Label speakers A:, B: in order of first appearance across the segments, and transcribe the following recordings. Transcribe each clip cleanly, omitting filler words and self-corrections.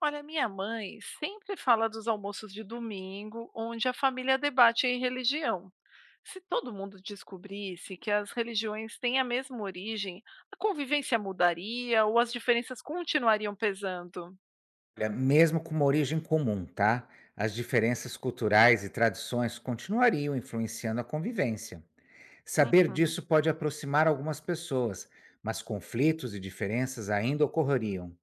A: Olha, minha mãe sempre fala dos almoços de domingo, onde a família debate em religião. Se todo mundo descobrisse que as religiões têm a mesma origem, a convivência mudaria ou as diferenças continuariam pesando?
B: Olha, mesmo com uma origem comum, tá? As diferenças culturais e tradições continuariam influenciando a convivência. Saber
A: Uhum.
B: disso pode aproximar algumas pessoas, mas conflitos e diferenças ainda ocorreriam.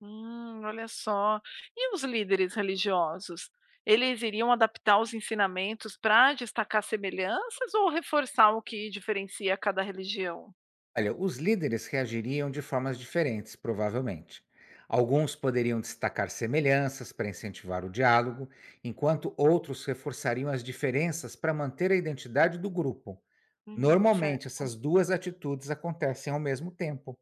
A: Olha só. E os líderes religiosos? Eles iriam adaptar os ensinamentos para destacar semelhanças ou reforçar o que diferencia cada religião?
B: Olha, os líderes reagiriam de formas diferentes, provavelmente. Alguns poderiam destacar semelhanças para incentivar o diálogo, enquanto outros reforçariam as diferenças para manter a identidade do grupo. Normalmente,
A: Certo.
B: essas duas atitudes acontecem ao mesmo tempo.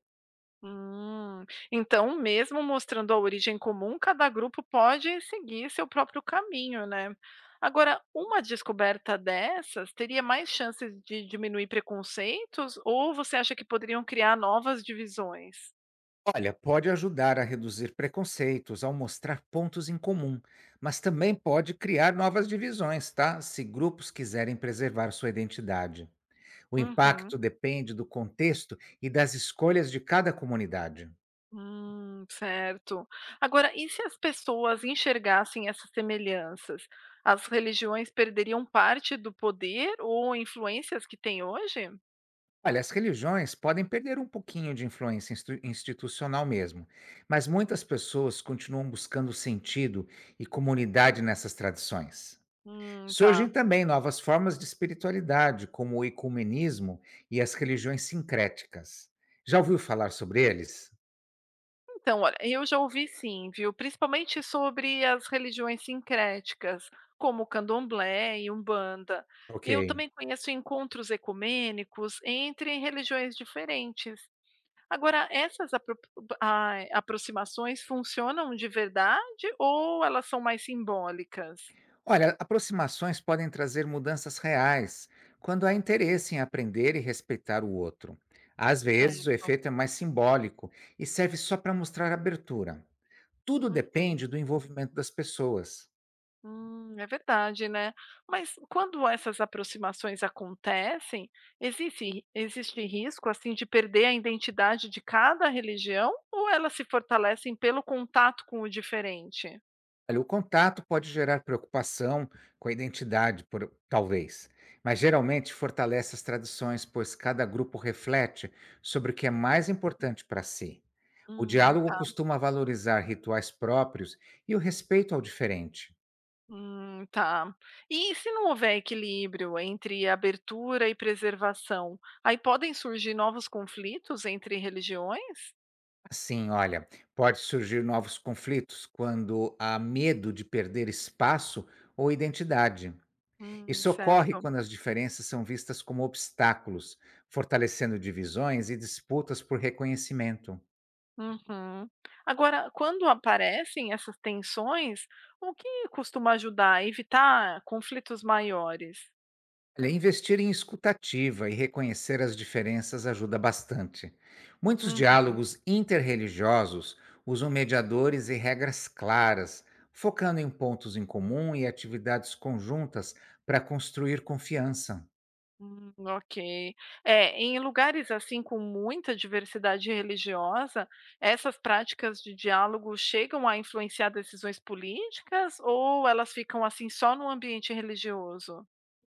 A: Hum, então, mesmo mostrando a origem comum, cada grupo pode seguir seu próprio caminho, né? Agora, uma descoberta dessas teria mais chances de diminuir preconceitos, ou você acha que poderiam criar novas divisões?
B: Olha, pode ajudar a reduzir preconceitos ao mostrar pontos em comum, mas também pode criar novas divisões, tá? Se grupos quiserem preservar sua identidade. O
A: Uhum.
B: impacto depende do contexto e das escolhas de cada comunidade.
A: Certo. Agora, e se as pessoas enxergassem essas semelhanças? As religiões perderiam parte do poder ou influências que têm hoje?
B: Olha, as religiões podem perder um pouquinho de influência institucional mesmo, mas muitas pessoas continuam buscando sentido e comunidade nessas tradições. Surgem
A: Tá.
B: também novas formas de espiritualidade, como o ecumenismo e as religiões sincréticas. Já ouviu falar sobre eles?
A: Então, olha, eu já ouvi sim, viu? Principalmente sobre as religiões sincréticas, como o candomblé e umbanda.
B: Ok.
A: Eu também conheço encontros ecumênicos entre religiões diferentes. Agora, ai, aproximações funcionam de verdade ou elas são mais simbólicas?
B: Olha, aproximações podem trazer mudanças reais quando há interesse em aprender e respeitar o outro. Às vezes, o
A: Certo.
B: efeito é mais simbólico e serve só para mostrar abertura. Tudo
A: Uhum.
B: depende do envolvimento das pessoas.
A: É verdade, né? Mas quando essas aproximações acontecem, existe risco assim de perder a identidade de cada religião ou elas se fortalecem pelo contato com o diferente?
B: Olha, o contato pode gerar preocupação com a identidade, talvez, mas geralmente fortalece as tradições, pois cada grupo reflete sobre o que é mais importante para si. O diálogo
A: Tá.
B: costuma valorizar rituais próprios e o respeito ao diferente.
A: Tá. E se não houver equilíbrio entre abertura e preservação, aí podem surgir novos conflitos entre religiões?
B: Assim, olha, pode surgir novos conflitos quando há medo de perder espaço ou identidade. Isso ocorre
A: Certo.
B: quando as diferenças são vistas como obstáculos, fortalecendo divisões e disputas por reconhecimento.
A: Uhum. Agora, quando aparecem essas tensões, o que costuma ajudar a evitar conflitos maiores?
B: Olha, investir em escutativa e reconhecer as diferenças ajuda bastante. Muitos
A: Uhum,
B: diálogos interreligiosos usam mediadores e regras claras, focando em pontos em comum e atividades conjuntas para construir confiança.
A: hum, ok. É, em lugares assim com muita diversidade religiosa, essas práticas de diálogo chegam a influenciar decisões políticas ou elas ficam assim só no ambiente religioso?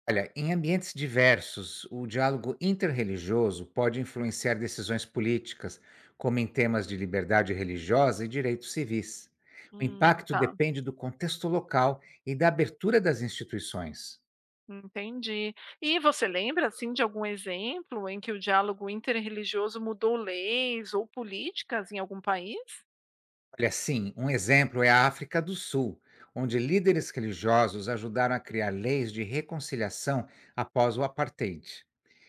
B: Olha, em ambientes diversos, o diálogo interreligioso pode influenciar decisões políticas, como em temas de liberdade religiosa e direitos civis. O impacto
A: Tá.
B: depende do contexto local e da abertura das instituições.
A: Entendi. E você lembra, assim, de algum exemplo em que o diálogo interreligioso mudou leis ou políticas em algum país?
B: Olha, sim, um exemplo é a África do Sul, onde líderes religiosos ajudaram a criar leis de reconciliação após o apartheid.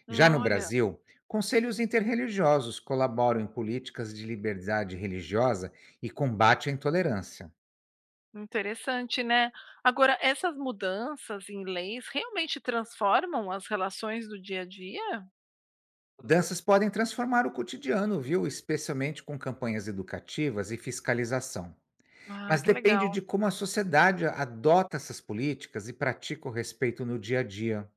B: Já no
A: Olha,
B: Brasil, conselhos interreligiosos colaboram em políticas de liberdade religiosa e combate à intolerância.
A: interessante, né? Agora, essas mudanças em leis realmente transformam as relações do dia a dia?
B: Mudanças podem transformar o cotidiano, viu? Especialmente com campanhas educativas e fiscalização.
A: Ah,
B: Mas
A: que
B: depende de
A: legal.
B: como a sociedade adota essas políticas e pratica o respeito no dia a dia.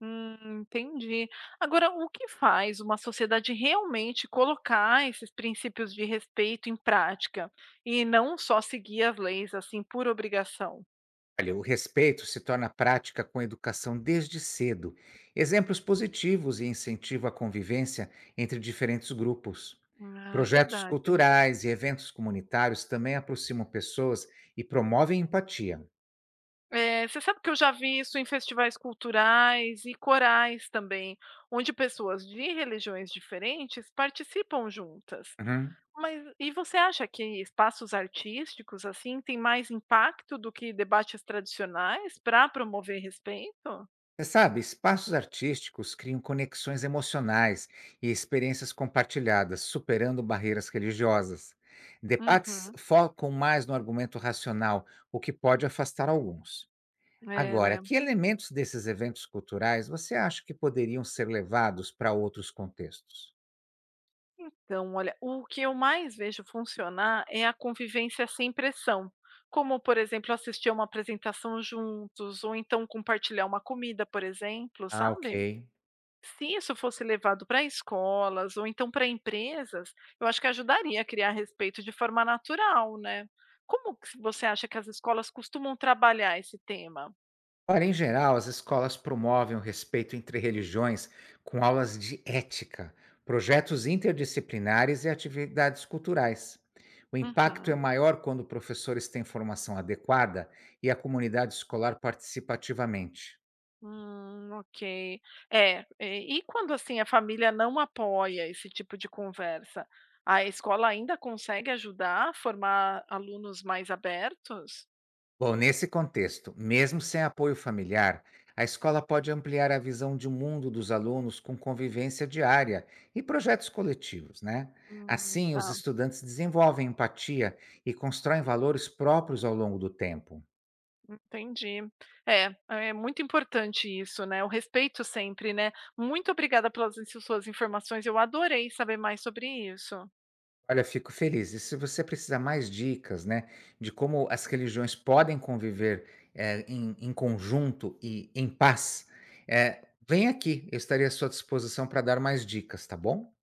A: Entendi. Agora, o que faz uma sociedade realmente colocar esses princípios de respeito em prática e não só seguir as leis assim por obrigação?
B: Olha, o respeito se torna prática com a educação desde cedo, exemplos positivos e incentivo à convivência entre diferentes grupos.
A: Ah, é
B: Projetos
A: verdade.
B: culturais e eventos comunitários também aproximam pessoas e promovem empatia.
A: É, você sabe que eu já vi isso em festivais culturais e corais também, onde pessoas de religiões diferentes participam juntas.
B: Uhum.
A: Mas e você acha que espaços artísticos assim têm mais impacto do que debates tradicionais para promover respeito?
B: Você sabe, espaços artísticos criam conexões emocionais e experiências compartilhadas, superando barreiras religiosas. Debates
A: Uhum,
B: focam mais no argumento racional, o que pode afastar alguns.
A: é,
B: Agora,
A: né?
B: que elementos desses eventos culturais você acha que poderiam ser levados para outros contextos?
A: Então, olha, o que eu mais vejo funcionar é a convivência sem pressão, como, por exemplo, assistir a uma apresentação juntos, ou então compartilhar uma comida, por exemplo,
B: Ah,
A: sabe?
B: ok.
A: Se isso fosse levado para escolas ou então para empresas, eu acho que ajudaria a criar respeito de forma natural, né. Como que você acha que as escolas costumam trabalhar esse tema?
B: Ora, em geral, as escolas promovem o respeito entre religiões com aulas de ética, projetos interdisciplinares e atividades culturais. O impacto é
A: Uhum.
B: maior quando professores têm formação adequada e a comunidade escolar participa ativamente.
A: Ok. É, e quando, assim, a família não apoia esse tipo de conversa, a escola ainda consegue ajudar a formar alunos mais abertos?
B: Bom, nesse contexto, mesmo sem apoio familiar, a escola pode ampliar a visão de mundo dos alunos com convivência diária e projetos coletivos, né? Assim, os
A: Tá.
B: estudantes desenvolvem empatia e constroem valores próprios ao longo do tempo.
A: Entendi. É, é muito importante isso, né? O respeito sempre, né? Muito obrigada pelas suas informações. Eu adorei saber mais sobre isso.
B: Olha, fico feliz. E se você precisar mais dicas, né, de como as religiões podem conviver em, em conjunto e em paz, eh, vem aqui. Eu estarei à sua disposição para dar mais dicas, tá bom?